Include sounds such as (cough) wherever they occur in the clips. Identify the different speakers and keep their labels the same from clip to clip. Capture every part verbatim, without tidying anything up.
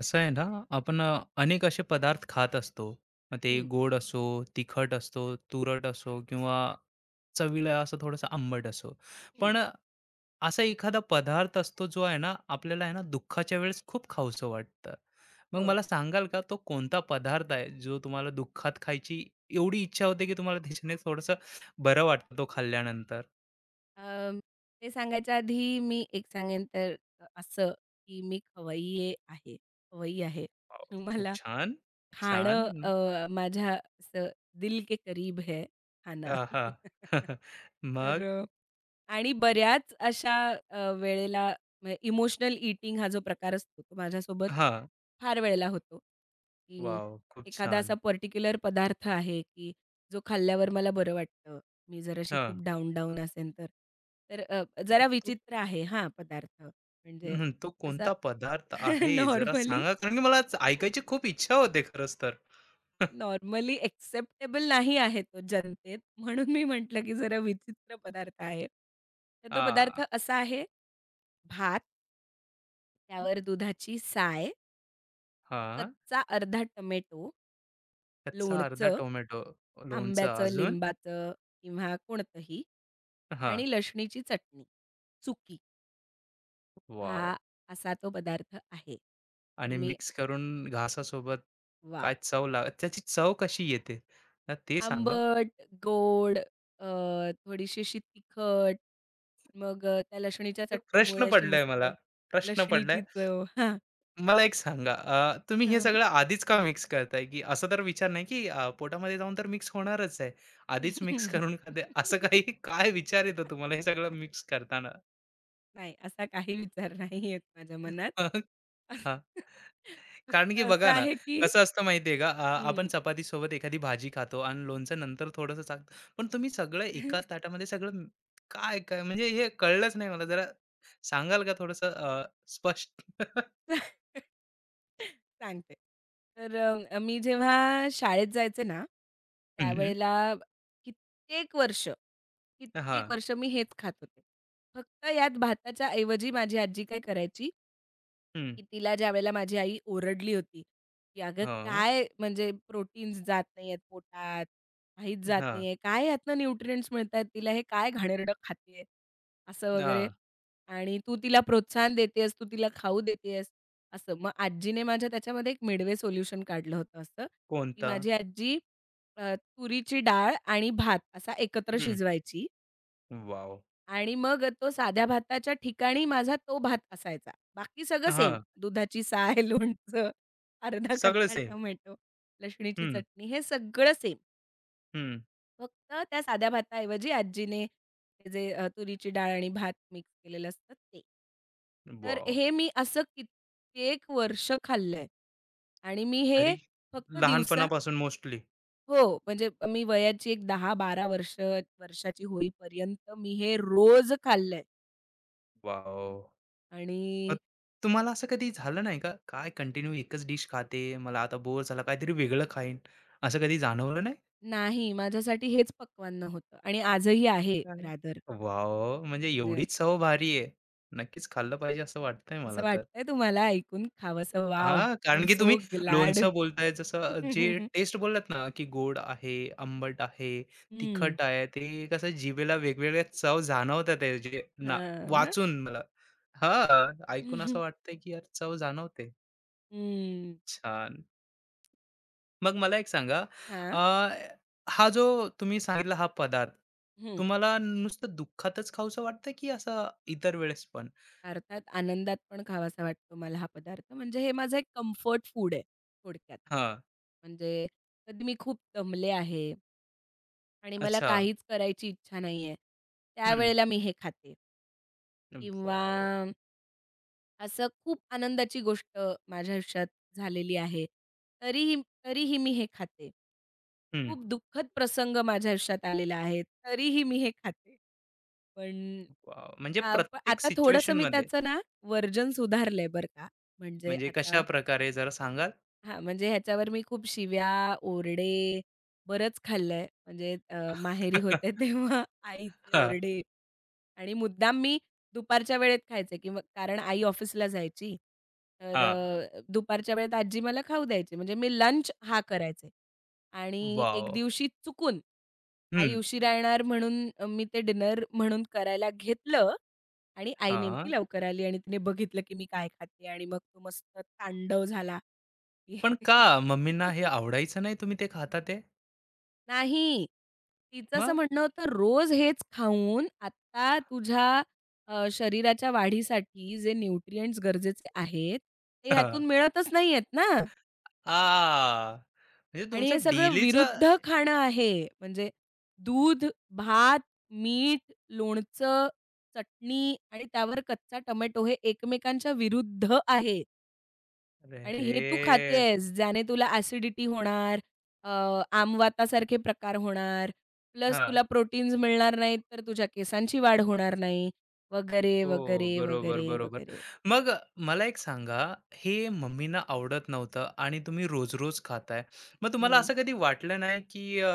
Speaker 1: असं आहे ना? आपण अ, अनेक असे पदार्थ खात असतो. मग ते
Speaker 2: हं,
Speaker 1: गोड असो, तिखट असतो, तुरट असो किंवा चवीला असं थोडंसं आंबट असो.
Speaker 2: हं.
Speaker 1: पण असा एखादा पदार्थ असतो जो आहे ना, आपल्याला आहे ना दुःखाच्या वेळेस खूप खाऊसं वाटतं. मग
Speaker 2: हो.
Speaker 1: मला सांगाल का, तो कोणता पदार्थ आहे जो तुम्हाला दुःखात खायची एवढी इच्छा होते, की तुम्हाला त्याच्याने थोडंसं बरं वाटतं तो खाल्ल्यानंतर?
Speaker 2: अं, ते सांगायच्या आधी मी एक सांगेन तर अ, असं, की मी खवय्ये आहे खवय्यी आहे.
Speaker 1: वाव, खूप
Speaker 2: मला
Speaker 1: छान.
Speaker 2: खाणं
Speaker 1: छान.
Speaker 2: अ, माझ्या असं दिल के करीब है खाना.
Speaker 1: हा.
Speaker 2: (laughs)
Speaker 1: (laughs) मग.
Speaker 2: तर आणि बऱ्याच अशा अ, वेळेला म्हणजे इमोशनल ईटिंग हा जो प्रकार असतो, तो माझ्यासोबत
Speaker 1: हा,
Speaker 2: फार वेळेला होतो, की
Speaker 1: वाव, खूप
Speaker 2: एखादा
Speaker 1: छान.
Speaker 2: असा पर्टिक्युलर पदार्थ आहे, की जो खाल्ल्यावर मला बरं वाटतं. मी जराशी खूप
Speaker 1: हां.
Speaker 2: डाऊन-डाऊन असेन तर. तर अ, जरा
Speaker 1: तो.
Speaker 2: विचित्र आहे हां, पदार्थ म्हणजे
Speaker 1: हं, तो
Speaker 2: असा
Speaker 1: कोणता पदार्थ
Speaker 2: (laughs)
Speaker 1: आहे जरा
Speaker 2: नॉर्मली
Speaker 1: सांगा? कारण की मला आज ऐकायची खूप इच्छा होते खरंच तर. (laughs)
Speaker 2: नॉर्मली एक्सेप्टेबल नाही आहे तो जनतेत, म्हणून मी म्हटलं, की जरा विचित्र पदार्थ आहे. तर तो पदार्थ
Speaker 1: आ.
Speaker 2: असा आहे भात त्यावर दुधाची साय,
Speaker 1: हां.
Speaker 2: कच्चा अर्धा टमेटो,
Speaker 1: कच्चा अर्धा
Speaker 2: लोणचं,
Speaker 1: टोमॅटो, लोणचं
Speaker 2: आंब्याचं,
Speaker 1: अजून.
Speaker 2: लिंबाचं किंवा कोणतंही
Speaker 1: हां.
Speaker 2: आणि लसणीची चटणी, चुकी.
Speaker 1: वॉव!
Speaker 2: हा असा तो पदार्थ आहे. तर
Speaker 1: आणि
Speaker 2: मी
Speaker 1: मिक्स करून घासासोबत.
Speaker 2: वाह!
Speaker 1: काय चव लाग त्याची चव कशी येते? अ, ते सांगा.
Speaker 2: आंबट, गोड, अ, थोडीशी अशी तिखट, मग अ, त्या लसणीच्या
Speaker 1: एक प्रश्न
Speaker 2: चटणीमुळे अशी
Speaker 1: पडलाय
Speaker 2: मस्त
Speaker 1: मला. प्रश्न
Speaker 2: लसणीची
Speaker 1: पडलाय.
Speaker 2: चव. हां,
Speaker 1: मला एक सांगा, अ, तुम्ही हे सगळं आधीच का मिक्स करताय? की असा तर विचार नाही की अ, पोटामध्ये जाऊन तर मिक्स होणारच आहे, आधीच मिक्स
Speaker 2: हां.
Speaker 1: करून खाते? असं काही
Speaker 2: (laughs)
Speaker 1: काय विचार येतो तुम्हाला हे सगळं मिक्स करताना?
Speaker 2: नाही, असा काही विचार नाही येत माझ्या मनात.
Speaker 1: (laughs) हां,
Speaker 2: (laughs)
Speaker 1: कारण
Speaker 2: फक्त
Speaker 1: की
Speaker 2: असं
Speaker 1: बघा ना,
Speaker 2: आहे, की
Speaker 1: कसं असतं माहिती का? अ, आपण
Speaker 2: हं.
Speaker 1: चपातीसोबत एखादी भाजी खातो आणि लोणचं नंतर थोडंसं टाकतो. पण तुम्ही सगळं एकाच ताटामध्ये सगळं म- काय, काय म्हणजे हे कळलंच नाही मला. जरा सांगाल का थोडंसं स्पष्ट? (laughs)
Speaker 2: (laughs) सांगते. तर अ, मी जेव्हा शाळेत जायचे ना,
Speaker 1: हं.
Speaker 2: त्यावेळेला कित्येक वर्ष,
Speaker 1: हां.
Speaker 2: कित्येक वर्ष मी हेच खात होते. फक्त यात भाताच्या ऐवजी माझी आजी काय करायची,
Speaker 1: हं.
Speaker 2: की तिला ज्यावेळेला माझी आई ओरडली होती, की "अगं
Speaker 1: (laughs) हां.
Speaker 2: काय म्हणजे प्रोटीन्स जात नाहीयेत पोटात, काहीच जात
Speaker 1: हां.
Speaker 2: नाहीये. काय यातनं न्यूट्रिएंट्स मिळतायत तिला, हे काय घाणेरडं खातेय?" असं वगैरे.
Speaker 1: हां.
Speaker 2: आणि "तू तिला प्रोत्साहन देतेयस, तू तिला खाऊ देतेयस." असं. मग आजीने माझ्या त्याच्यामध्ये एक मिडवे सोल्युशन काढलं होतं असं, की
Speaker 1: कोणता?
Speaker 2: माझी आजी अ, तुरीची डाळ आणि भात असा एकत्र
Speaker 1: हं.
Speaker 2: शिजवायची.
Speaker 1: वॉव!
Speaker 2: आणि मग तो साध्या भाताच्या ठिकाणी माझा तो भात असायचा. बाकी सगळं सेम.
Speaker 1: हां,
Speaker 2: दुधाची साय, (laughs) लोणचं, अर्धा
Speaker 1: सगळं
Speaker 2: कच्चा
Speaker 1: सेम.
Speaker 2: टोमॅटो, लसणीची
Speaker 1: हं.
Speaker 2: चटणी हे सगळं सेम.
Speaker 1: हं.
Speaker 2: फक्त त्या साध्या भाताऐवजी आजीने ते जे अ, तुरीची डाळ आणि भात मिक्स केलेलं असतं ते. तर
Speaker 1: वॉव!
Speaker 2: हे मी असं कित्येक वर्ष खाल्लंय आणि मी हे
Speaker 1: तरी
Speaker 2: फक्त दिवसा
Speaker 1: लहानपणापासून मोस्टली.
Speaker 2: हो, म्हणजे मी वयाची एक दहा ते बारा वर्ष वर्षाची होईपर्यंत मी हे रोज खाल्लंय
Speaker 1: वॉव!
Speaker 2: आणि
Speaker 1: मग तुम्हाला असं कधी झालं नाही का, काय कंटिन्यू एकच डिश खाते, मला आता बोर झाला, काहीतरी वेगळं खाईन, असं कधी जाणवलं नाही?
Speaker 2: नाही, माझ्यासाठी हेच पक्वान्न होतं आणि आजही आहे
Speaker 1: हं.
Speaker 2: रादर.
Speaker 1: वॉव! म्हणजे
Speaker 2: म्हणजे
Speaker 1: एवढीच चव भारी आहे. नक्कीच खाल्लं पाहिजे असं वाटतंय मला
Speaker 2: असं
Speaker 1: तर.
Speaker 2: वाटतंय तुम्हाला ऐकून खावंसं वॉव!
Speaker 1: हां,
Speaker 2: आय एम
Speaker 1: कारण की तुम्ही
Speaker 2: सो ग्लॅड.
Speaker 1: लोणचं बोलताय जसं जे
Speaker 2: (laughs)
Speaker 1: टेस्ट बोललात ना, की गोड आहे, आंबट आहे,
Speaker 2: हं.
Speaker 1: तिखट आहे. ते कसं जिभेला वेगवेगळ्या चव जाणवतात आहे जे ना
Speaker 2: हां ना?
Speaker 1: वाचून मला. हां, ऐकून असं
Speaker 2: (laughs)
Speaker 1: वाटतंय की यार चव जाणवते.
Speaker 2: हं.
Speaker 1: छान. मग मला एक सांगा, अ,
Speaker 2: हां.
Speaker 1: हा जो तुम्ही सांगितला हा पदार्थ,
Speaker 2: हं.
Speaker 1: तुम्हाला नुसतं दुःखातच खाऊसं वाटतं की असं इतर वेळेस पण?
Speaker 2: अर्थात आनंदात पण खावासा वाटतो मला हा पदार्थ. म्हणजे हे माझं एक कम्फर्ट फूड आहे थोडक्यात.
Speaker 1: हां.
Speaker 2: म्हणजे कधी मी खूप दमले आहे आणि मला
Speaker 1: अच्छा.
Speaker 2: काहीच करायची इच्छा नाहीये,
Speaker 1: हं.
Speaker 2: त्यावेळेला मी हे खाते. किंवा
Speaker 1: वॉव!
Speaker 2: असं खूप आनंदाची गोष्ट माझ्या आयुष्यात झालेली आहे. तरीही तरीही मी हे खाते.
Speaker 1: हं.
Speaker 2: खूप दुःखद प्रसंग माझ्या आयुष्यात आलेला आहे. तरीही मी हे खाते. पण
Speaker 1: वॉव! म्हणजे
Speaker 2: आ प-
Speaker 1: प्रत्येक
Speaker 2: आता थोडंसं मी
Speaker 1: सिच्युएशनमध्ये.
Speaker 2: त्याचं ना वर्जन सुधारलंय बरं का. म्हणजे
Speaker 1: म्हणजे कशा
Speaker 2: आता
Speaker 1: प्रकारे जरा सांगाल?
Speaker 2: हां, म्हणजे ह्याच्यावर मी खूप शिव्या, ओरडे बरंच खाल्लंय. म्हणजे अ, माहेरी होते
Speaker 1: (laughs)
Speaker 2: तेव्हा (laughs) आईचे
Speaker 1: हां.
Speaker 2: ओरडे आणि मुद्दाम मी दुपारच्या वेळेत खायचे किंवा कारण आई ऑफिसला जायची. तर
Speaker 1: हां.
Speaker 2: अ, दुपारच्या वेळेत आजी मला खाऊ द्यायची. म्हणजे मी लंच हा करायचे. आणि
Speaker 1: वॉव!
Speaker 2: एक दिवशी चुकून आई
Speaker 1: हं.
Speaker 2: उशिरा येणार म्हणून अ, मी ते डिनर म्हणून करायला घेतलं आणि आई नेमकी
Speaker 1: हां.
Speaker 2: लवकर आली आणि तिने बघितलं की मी काय खाते आणि मग तो मस्त तांडव झाला.
Speaker 1: पण का मम्मींना हे
Speaker 2: (laughs)
Speaker 1: आवडायचं नाही तुम्ही ते खाता ते?
Speaker 2: नाही. तिचं असं
Speaker 1: मग?
Speaker 2: म्हणणं होतं, "रोज हेच खाऊन आता तुझ्या अ, शरीराच्या वाढीसाठी जे न्यूट्रिएंट्स गरजेचे आहेत, ते
Speaker 1: (laughs)
Speaker 2: ह्यातून
Speaker 1: हा.
Speaker 2: मिळतच नाहीयेत ना.
Speaker 1: आ! म्हणजे
Speaker 2: आणि हे
Speaker 1: तुमचं
Speaker 2: सगळं
Speaker 1: डेलीचं.
Speaker 2: विरुद्ध खाणं आहे. म्हणजे दूध, भात, मीठ, लोणचं, चटणी आणि त्यावर कच्चा टोमॅटो हे एकमेकांच्या विरुद्ध आहे." आणि हे तू
Speaker 1: अरेरे!
Speaker 2: खातेयेस, ज्याने तुला ॲसिडिटी होणार, अ, आमवातासारखे प्रकार होणार, प्लस
Speaker 1: हां.
Speaker 2: तुला प्रोटीन्स मिळणार नाहीत, तर तुझ्या केसांची वाढ होणार नाही वगैरे,
Speaker 1: हो,
Speaker 2: वगैरे,
Speaker 1: बरोबर,
Speaker 2: वगैरे,
Speaker 1: बरोबर.
Speaker 2: वगैरे.
Speaker 1: मग मला एक सांगा, हे मम्मींना आवडत नव्हतं आणि तुम्ही रोज-रोज खाताय. मग तुम्हाला
Speaker 2: हं,
Speaker 1: असं कधी वाटलं नाही, की अ,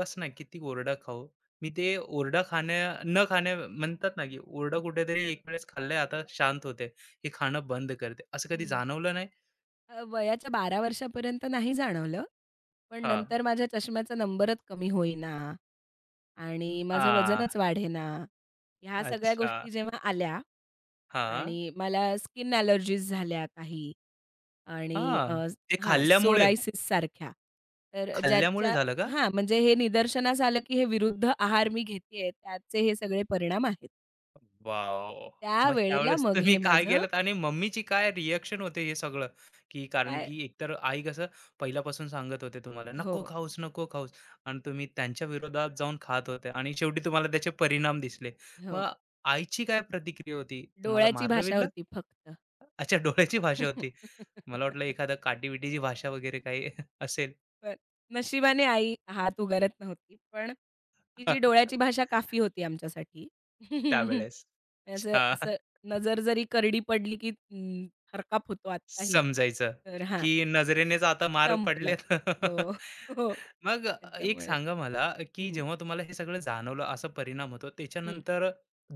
Speaker 1: बस ना किती ओरडा खाऊ? मी ते ओरडा खाण्या न खाण्या म्हणतात ना, की ओरडा कुठेतरी एक वेळेस खाल्लंय, आता शांत होते. हे खाणं बंद करते. असं कधी
Speaker 2: हं.
Speaker 1: जाणवलं नाही?
Speaker 2: अ, वयाच्या बारा वर्षापर्यंत नाही जाणवलं. पण
Speaker 1: हां.
Speaker 2: नंतर माझ्या चष्म्याचा नंबरच कमी होईना आणि माझं
Speaker 1: आ.
Speaker 2: वजनच वाढेना. ह्या सगळ्या
Speaker 1: अच्छा.
Speaker 2: गोष्टी जेव्हा आल्या
Speaker 1: हां.
Speaker 2: आणि मला स्किन ॲलर्जीज झाल्या काही. आणि
Speaker 1: हां.
Speaker 2: अ,
Speaker 1: ते
Speaker 2: हां,
Speaker 1: खाल्ल्यामुळे.
Speaker 2: सोरायसिससारख्या. तर
Speaker 1: खाल्ल्यामुळे
Speaker 2: ज्याच्या
Speaker 1: झालं का?
Speaker 2: हां, म्हणजे हे निदर्शनास आलं, की हे विरुद्ध आहार मी घेतेय, त्याचे हे सगळे परिणाम आहेत.
Speaker 1: वाव। मग
Speaker 2: त्यावेळेला
Speaker 1: त्यावेळेस
Speaker 2: मग
Speaker 1: तुम्ही
Speaker 2: हे
Speaker 1: काय
Speaker 2: माझं
Speaker 1: केलत आणि मम्मीची काय रिएक्शन होते हे सगळं? की कारण
Speaker 2: काय
Speaker 1: की एकतर आई कसं पहिल्यापासून सांगत होते तुम्हाला,
Speaker 2: हो,
Speaker 1: "नको खाऊस, नको खाऊस" आणि तुम्ही त्यांच्या विरोधात जाऊन खात होते आणि शेवटी तुम्हाला त्याचे परिणाम दिसले.
Speaker 2: हो.
Speaker 1: मग आईची काय प्रतिक्रिया होती? तुम्हाला
Speaker 2: डोळ्याची भाषा
Speaker 1: मारलं-बिरलं?
Speaker 2: होती फक्त.
Speaker 1: अच्छा, डोळ्याची भाषा होती. मला वाटलं
Speaker 2: (laughs)
Speaker 1: एखादा काटी भाषा वगैरे काही (laughs) असेल.
Speaker 2: पण नशिबाने आई हात उगारत नव्हती. पण तिची डोळ्याची
Speaker 1: (laughs)
Speaker 2: भाषा काफी होती आमच्यासाठी. (laughs)
Speaker 1: त्यावेळेस.
Speaker 2: असं असं नजर जरी करडी पडली, की हरकाप होतो आत्ताही.
Speaker 1: समजायचं,
Speaker 2: तर हां.
Speaker 1: की नजरेनेच आता मार
Speaker 2: संपलं.
Speaker 1: पडलेत. (laughs)
Speaker 2: हो, हो.
Speaker 1: मग एक
Speaker 2: त्याच्यामुळे.
Speaker 1: सांगा मला, की
Speaker 2: हं,
Speaker 1: जेव्हा तुम्हाला हे सगळं जाणवलं असा परिणाम होतो,
Speaker 2: हं.
Speaker 1: त्याच्यानंतर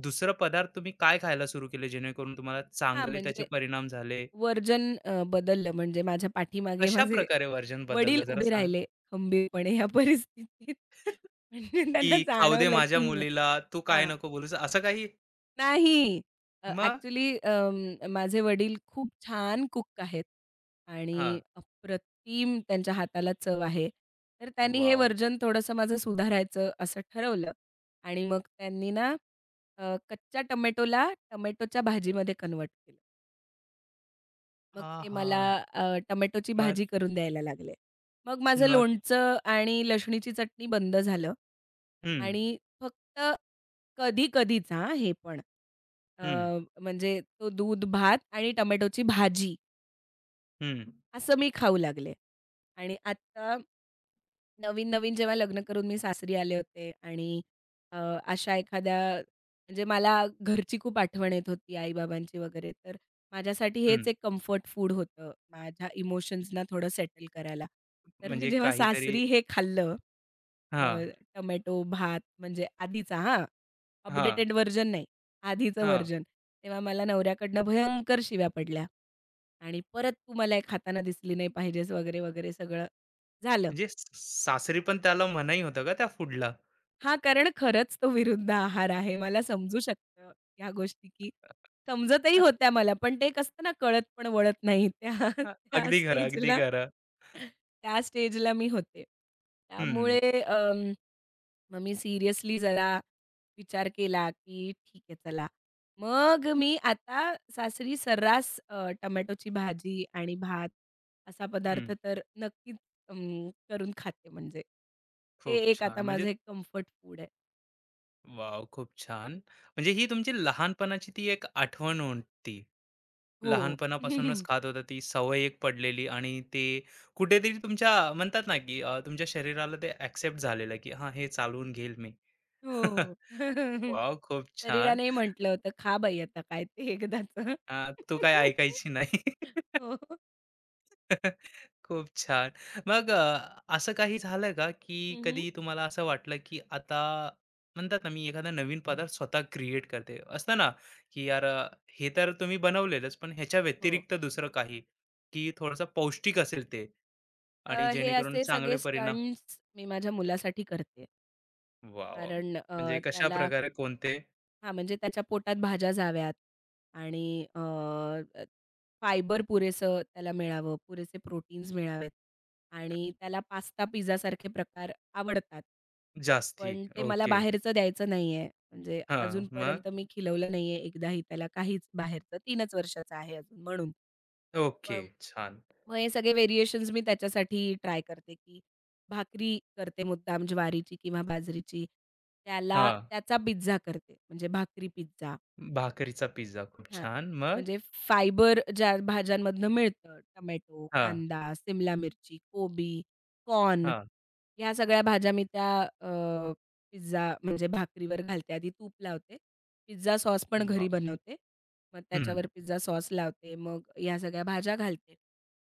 Speaker 1: दुसरा पदार्थ तुम्ही काय खायला सुरू केले जेणेकरून तुम्हाला
Speaker 2: हां,
Speaker 1: चांगले त्याचे
Speaker 2: म्हणजे
Speaker 1: परिणाम झाले?
Speaker 2: व्हर्जन अ, बदललं म्हणजे माझ्या पाठीमागे माझे
Speaker 1: कशाप्रकारे वर्जन
Speaker 2: वडील
Speaker 1: बदललं जरा
Speaker 2: उभे
Speaker 1: सांग?
Speaker 2: राहिले खंबीरपणे ह्या परिस्थितीत. (laughs) म्हणजे
Speaker 1: की
Speaker 2: त्यांना
Speaker 1: खाऊ दे
Speaker 2: जाणवलं
Speaker 1: माझ्या
Speaker 2: की हिला
Speaker 1: मुलीला, तू काय
Speaker 2: हां,
Speaker 1: नको बोलूस असं काही?
Speaker 2: नाही. अ,
Speaker 1: मग?
Speaker 2: ॲक्चुअली अं, माझे वडील खूप छान कुक आहेत आणि
Speaker 1: हां.
Speaker 2: अप्रतिम त्यांच्या हाताला चव आहे. तर त्यांनी हे
Speaker 1: वॉव!
Speaker 2: व्हर्जन थोडंसं माझं सुधारायचं असं ठरवलं आणि मग त्यांनी ना अ, कच्च्या टोमॅटोला टोमॅटोच्या भाजीमध्ये कन्व्हर्ट केलं. मग ते
Speaker 1: आहा!
Speaker 2: मला अ, टोमॅटोची
Speaker 1: मग.
Speaker 2: भाजी करून द्यायला लागले. मग माझं
Speaker 1: मग.
Speaker 2: लोणचं आणि लसणीची चटणी बंद झालं
Speaker 1: हं.
Speaker 2: आणि फक्त कधी-कधीच हां, हे पण. अ,
Speaker 1: हं.
Speaker 2: म्हणजे तो दूध, भात आणि टोमॅटोची भाजी
Speaker 1: हं.
Speaker 2: असं मी खाऊ लागले. आणि आत्ता नवीन-नवीन जेव्हा लग्न करून मी सासरी आले होते आणि अ, अशा एखाद्या म्हणजे मला घरची खूप आठवण येत होती आई-बाबांची वगैरे, तर माझ्यासाठी हेच
Speaker 1: हं.
Speaker 2: एक कम्फर्ट फूड होतं, माझ्या इमोशन्सना थोडं सेटल करायला. तर मी
Speaker 1: म्हणजे
Speaker 2: जेव्हा
Speaker 1: काहीतरी.
Speaker 2: सासरी हे खाल्लं, अ,
Speaker 1: हां.
Speaker 2: टोमॅटो भात म्हणजे आधीचा हां,
Speaker 1: हां.
Speaker 2: अपडेटेड व्हर्जन नाही. आधीचं
Speaker 1: हां.
Speaker 2: व्हर्जन. तेव्हा मला नवऱ्याकडनं भयंकर शिव्या पडल्या आणि परत तू मला एक हाताने दिसली नाही पाहिजेस वगैरे, वगैरे सगळं झालं.
Speaker 1: म्हणजे स- सासरी पण त्याला मनाई होतं का त्या फूडला?
Speaker 2: हां, कारण खरंच तो विरुद्ध आहार आहे. मला समजू शकतं ह्या गोष्टी, की समजतही
Speaker 1: (laughs)
Speaker 2: होत्या मला. पण ते एक असतं ना, कळत पण वळत नाही त्या (laughs) त्या
Speaker 1: अगदी खरं, अगदी
Speaker 2: स्टेजला
Speaker 1: खरं.
Speaker 2: त्या स्टेजला मी होते.
Speaker 1: हं.
Speaker 2: त्यामुळे अं, मग मी सीरियसली जरा विचार केला, की ठीक आहे चला. मग मी आता सासरी सर्रास अ, टोमॅटोची भाजी आणि भात असा
Speaker 1: हं.
Speaker 2: पदार्थ तर नक्कीच अं, करून खाते म्हणजे. ते
Speaker 1: खूप
Speaker 2: एक
Speaker 1: छान.
Speaker 2: आता
Speaker 1: म्हणजे.
Speaker 2: माझं एक कम्फर्ट फूड आहे.
Speaker 1: वॉव! खूप छान. म्हणजे ही तुमची लहानपणाची ती एक आठवण होती.
Speaker 2: हो.
Speaker 1: लहानपणापासूनच
Speaker 2: (laughs)
Speaker 1: खात होता, ती सवय एक पडलेली आणि ते कुठेतरी तुमच्या म्हणतात ना, की अ, तुमच्या शरीराला ते ॲक्सेप्ट झालेलं, की हां, हे चालवून घेईल मी. (laughs)
Speaker 2: हो. (laughs)
Speaker 1: वॉव! खूप छान.
Speaker 2: शरीरानेही म्हटलं होतं, "खा बाई आता काय ते एकदाचं."
Speaker 1: अ, तू काय ऐकायची नाही.
Speaker 2: (laughs)
Speaker 1: (laughs)
Speaker 2: हो.
Speaker 1: (laughs) खूप छान. मग अ, असं काही झालं का, की
Speaker 2: हं, हं.
Speaker 1: कधी तुम्हाला असं वाटलं, की आता म्हणतात ना, मी एखादा नवीन पदार्थ स्वतः क्रिएट करते? असतं ना, की यार अ, हे तर तुम्ही बनवलेलंच, पण ह्याच्या
Speaker 2: हो.
Speaker 1: व्यतिरिक्त दुसरं काही, की थोडंसं पौष्टिक असेल ते आणि
Speaker 2: अ, हे
Speaker 1: जेणेकरून
Speaker 2: असे
Speaker 1: चांगले
Speaker 2: सगळे
Speaker 1: परिणाम.
Speaker 2: स्टंट्स मी माझ्या मुलासाठी करते.
Speaker 1: वॉव!
Speaker 2: कारण अ,
Speaker 1: म्हणजे
Speaker 2: त्याला
Speaker 1: कशाप्रकारे कोणते?
Speaker 2: हां, म्हणजे त्याच्या पोटात भाज्या जाव्यात आणि अ, अ, फायबर पुरेसं त्याला मिळावं, पुरेसे प्रोटीन्स मिळावेत आणि त्याला पास्ता, पिझ्झासारखे प्रकार आवडतात.
Speaker 1: जास्ती.
Speaker 2: पण ते मला
Speaker 1: ओके.
Speaker 2: बाहेरचं द्यायचं नाहीये. म्हणजे
Speaker 1: हां. मग?
Speaker 2: अजूनपर्यंत मी खिलवलं नाहीये एकदाही त्याला काहीच बाहेरचं. तीनच वर्षाचा आहे अजून म्हणून.
Speaker 1: ओके.
Speaker 2: पण
Speaker 1: छान.
Speaker 2: मग हे सगळे व्हेरिएशन्स मी त्याच्यासाठी ट्राय करते, की भाकरी करते मुद्दाम ज्वारीची किंवा बाजरीची. त्याला
Speaker 1: हां.
Speaker 2: त्याचा पिझ्झा करते म्हणजे भाकरी पिझ्झा.
Speaker 1: भाकरीचा पिझ्झा. खूप
Speaker 2: हां,
Speaker 1: छान. मग?
Speaker 2: म्हणजे फायबर ज्या भाज्यांमधनं मिळतं, टोमॅटो,
Speaker 1: हां.
Speaker 2: कांदा, सिमला मिरची, कोबी, कॉर्न
Speaker 1: हां.
Speaker 2: ह्या सगळ्या भाज्या मी त्या अ, पिझ्झा म्हणजे भाकरीवर घालते. आधी तूप लावते. पिझ्झा सॉस पण घरी
Speaker 1: वॉव!
Speaker 2: बनवते. मग
Speaker 1: हं.
Speaker 2: त्याच्यावर पिझ्झा सॉस लावते. मग ह्या सगळ्या भाज्या घालते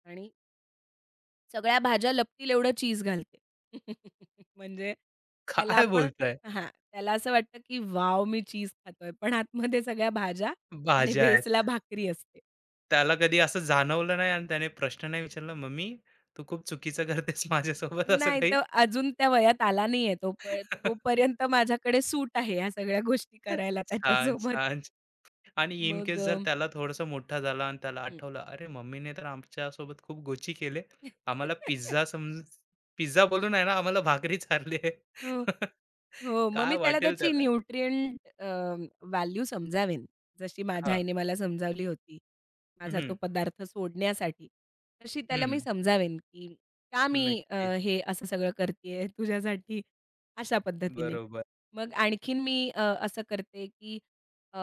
Speaker 2: आणि सगळ्या भाज्या लपतील एवढं चीज घालते. (laughs) म्हणजे त्याला
Speaker 1: काय
Speaker 2: आपण
Speaker 1: बोलताय?
Speaker 2: हां, त्याला असं वाटतं, की वाव मी चीज खातोय. पण आतमध्ये सगळ्या भाज्या आणि
Speaker 1: भाज्या आहेत.
Speaker 2: बेसला भाकरी असते.
Speaker 1: त्याला कधी असं जाणवलं नाही आणि त्याने प्रश्न नाही विचारला, "मम्मी, तू खूप चुकीचं करतेस (laughs) माझ्यासोबत," असं
Speaker 2: नाही
Speaker 1: काही?
Speaker 2: तर अजून त्या वयात आला नाहीये तो प
Speaker 1: (laughs)
Speaker 2: तोपर्यंत माझ्याकडे सूट आहे ह्या सगळ्या गोष्टी करायला
Speaker 1: छान,
Speaker 2: त्याच्यासोबत.
Speaker 1: छान. आणि इन
Speaker 2: मग
Speaker 1: केस
Speaker 2: अ,
Speaker 1: जर त्याला थोडंसं मोठा झाला आणि त्याला
Speaker 2: हं.
Speaker 1: आठवलं, "अरे, मम्मीने तर आमच्यासोबत खूप गोची केले. आम्हाला
Speaker 2: (laughs)
Speaker 1: पिझ्झा समज पिझ्झा बोलून आहे ना, आम्हाला भाकरी चारली आहे."
Speaker 2: हो.
Speaker 1: (laughs)
Speaker 2: हो, मग
Speaker 1: काय
Speaker 2: मी त्याला
Speaker 1: वाटेल
Speaker 2: त्याची
Speaker 1: त्याला?
Speaker 2: न्यूट्रिएंट अ, व्हॅल्यू समजावेन. जशी माझ्या
Speaker 1: हां.
Speaker 2: आईने मला समजावली होती. माझा
Speaker 1: हं.
Speaker 2: तो पदार्थ सोडण्यासाठी. तशी त्याला मी
Speaker 1: हं.
Speaker 2: समजावेन, की का मी अ,
Speaker 1: नक्कीच.
Speaker 2: हे असं सगळं करतीये तुझ्यासाठी, अशा पद्धतीने.
Speaker 1: बरोबर.
Speaker 2: मग आणखीन मी अ, असं करते, की अ,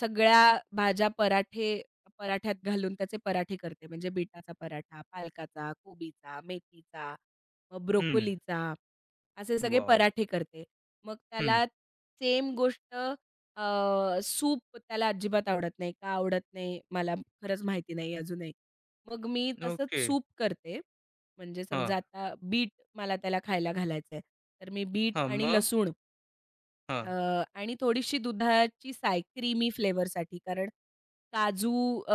Speaker 2: सगळ्या भाज्या पराठे पराठ्यात घालून त्याचे पराठे करते. म्हणजे बीटाचा पराठा, पालकाचा, कोबीचा, मेथीचा, मग
Speaker 1: हं.
Speaker 2: ब्रोकोलीचा. असे सगळे
Speaker 1: वॉव!
Speaker 2: पराठे करते. मग
Speaker 1: हं.
Speaker 2: त्याला सेम गोष्ट अ, सूप त्याला अजिबात आवडत नाही. का आवडत नाही मला खरंच माहिती नाही अजूनही. मग मी तसंच
Speaker 1: ओके.
Speaker 2: सूप करते. म्हणजे
Speaker 1: हां.
Speaker 2: समजा आता बीट मला त्याला खायला घालायचंय. तर मी बीट
Speaker 1: हां.
Speaker 2: आणि
Speaker 1: मग?
Speaker 2: लसूण
Speaker 1: हां,
Speaker 2: अ, आणि थोडीशी दुधाची साय क्रीमी फ्लेवरसाठी. कारण काजू अ,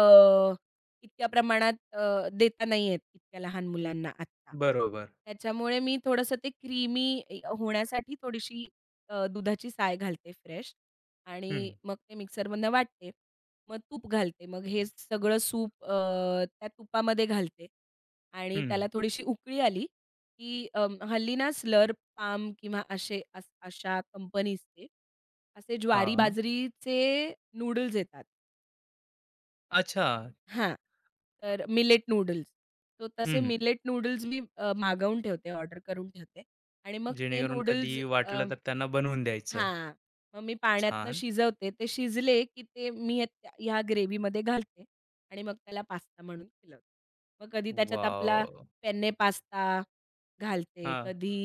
Speaker 2: इतक्या प्रमाणात अ, देता नाही येत इतक्या लहान मुलांना आत्ता.
Speaker 1: बरोबर.
Speaker 2: त्याच्यामुळे मी थोडंसं ते क्रीमी होण्यासाठी थोडीशी अ, दुधाची साय घालते फ्रेश
Speaker 1: हं.
Speaker 2: आणि मग ते मिक्सरमधनं वाटते. मग तूप घालते. मग हे सगळं सूप अ, त्या तुपामध्ये घालते आणि
Speaker 1: हं.
Speaker 2: त्याला थोडीशी उकळी आली, की अ, हल्ली ना स्लर्प पाम किंवा असे अस अशा कंपनीजचे असे ज्वारी हं.
Speaker 1: हां.
Speaker 2: बाजरीचे नूडल्स येतात.
Speaker 1: अच्छा.
Speaker 2: हां, तर मिलेट नूडल्स. तो तसे
Speaker 1: हं.
Speaker 2: मिलेट नूडल्स मी अ, मागवून ठेवते, ऑर्डर करून ठेवते आणि मग ते
Speaker 1: जेणेकरून कधी
Speaker 2: नूडल्स
Speaker 1: वाटलं तर त्यांना बनवून द्यायचं.
Speaker 2: हां, मग मी पाण्यातनं
Speaker 1: छान.
Speaker 2: शिजवते. ते शिजले की ते मी त्या ह्या ग्रेव्हीमध्ये घालते आणि मग त्याला पास्ता म्हणून खिलवते. मग कधी त्याच्यात आपला
Speaker 1: वाव
Speaker 2: पेन्ने पास्ता घालते,
Speaker 1: हां.
Speaker 2: कधी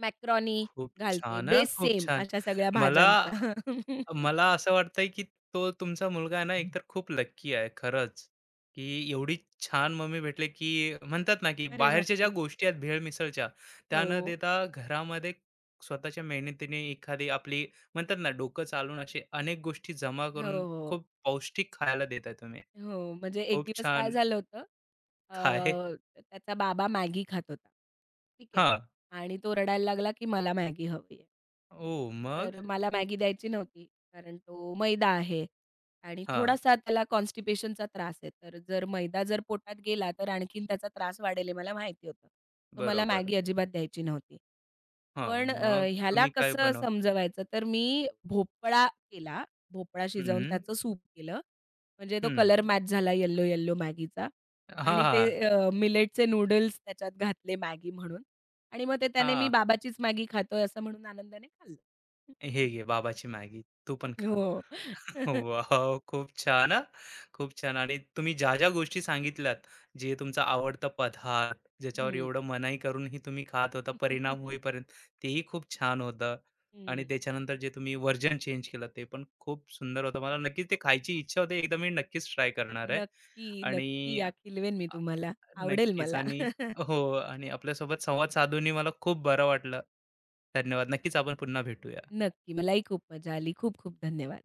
Speaker 2: मॅक्रोनी
Speaker 1: खूप
Speaker 2: घालते.
Speaker 1: छान हां,
Speaker 2: बेस
Speaker 1: खूप
Speaker 2: सेम
Speaker 1: छान.
Speaker 2: अशा सगळ्या
Speaker 1: मला
Speaker 2: भाज्यांचा. (laughs)
Speaker 1: मला असं वाटतंय की तो तुमचा मुलगा आहे ना एकतर खूप लक्की आहे खरंच, की एवढी छान मम्मी भेटली, की म्हणतात ना की
Speaker 2: अरे
Speaker 1: बाहेरच्या ज्या
Speaker 2: बापरे!
Speaker 1: गोष्टी आहेत भेळ मिसळच्या, त्या न
Speaker 2: हो,
Speaker 1: देता घरामध्ये स्वतःच्या मेहनतीने एखादी आपली म्हणतात ना डोकं चालवून असे अनेक गोष्टी जमा
Speaker 2: हो,
Speaker 1: करून
Speaker 2: हो.
Speaker 1: खूप पौष्टिक खायला देताय तुम्ही.
Speaker 2: हो, म्हणजे एक
Speaker 1: खूप
Speaker 2: दिवस काय
Speaker 1: छान.
Speaker 2: झालं होतं,
Speaker 1: काय?
Speaker 2: अ, त्याचा बाबा मॅगी खात होता. ठीक आहे.
Speaker 1: हां.
Speaker 2: आणि तो रडायला लागला, की मला मॅगी हवी आहे.
Speaker 1: ओह!
Speaker 2: तर
Speaker 1: मग?
Speaker 2: मला मॅगी द्यायची नव्हती. कारण तो मैदा आहे आणि
Speaker 1: हां.
Speaker 2: थोडासा त्याला कॉन्स्टिपेशनचा त्रास आहे. तर जर मैदा जर पोटात गेला, तर आणखीन त्याचा त्रास वाढेल हे मला माहिती होतं. तर मला
Speaker 1: बरोबर.
Speaker 2: मॅगी अजिबात द्यायची नव्हती.
Speaker 1: हां.
Speaker 2: पण अ,
Speaker 1: मग
Speaker 2: ह्याला
Speaker 1: तुम्ही काय
Speaker 2: कसं
Speaker 1: बनव
Speaker 2: समजवायचं, तर मी भोपळा केला. भोपळा शिजवून
Speaker 1: हं.
Speaker 2: त्याचं सूप केलं. म्हणजे तो
Speaker 1: हं.
Speaker 2: कलर मॅच झाला येलो-येलो मॅगीचा
Speaker 1: हां.
Speaker 2: आणि ते
Speaker 1: हां.
Speaker 2: अ, मिलेटचे नूडल्स त्याच्यात घातले मॅगी म्हणून आणि मग ते त्याने मी बाबाचीच मॅगी खातोय असं म्हणून आनंदाने खाल्लं.
Speaker 1: हे घे बाबाची मॅगी, तू पण खा.
Speaker 2: हो. (laughs)
Speaker 1: वॉव! खूप छान हां. खूप छान आणि तुम्ही ज्या-ज्या गोष्टी सांगितल्यात, जे तुमचा आवडता पदार्थ, ज्याच्यावर
Speaker 2: हं.
Speaker 1: एवढं मनाई करूनही तुम्ही खात
Speaker 2: हं.
Speaker 1: होता, परिणाम
Speaker 2: (laughs)
Speaker 1: होईपर्यंत, तेही खूप छान होतं आणि त्याच्यानंतर जे तुम्ही वर्जन चेंज केलं, ते पण खूप सुंदर होतं. मला नक्कीच ते खायची इच्छा होती. एकदा मी नक्कीच ट्राय करणार आहे.
Speaker 2: नक्की, नक्की
Speaker 1: आणि अ,
Speaker 2: या खिलवेन मी तुम्हाला. आवडेल
Speaker 1: नक्कीच.
Speaker 2: मला.
Speaker 1: आणि
Speaker 2: (laughs)
Speaker 1: हो, आणि आपल्यासोबत संवाद साधूनही मला खूप बरं वाटलं. धन्यवाद. नक्कीच आपण पुन्हा भेटूया.
Speaker 2: नक्की. मलाही खूप मजा आली. खूप खूप धन्यवाद.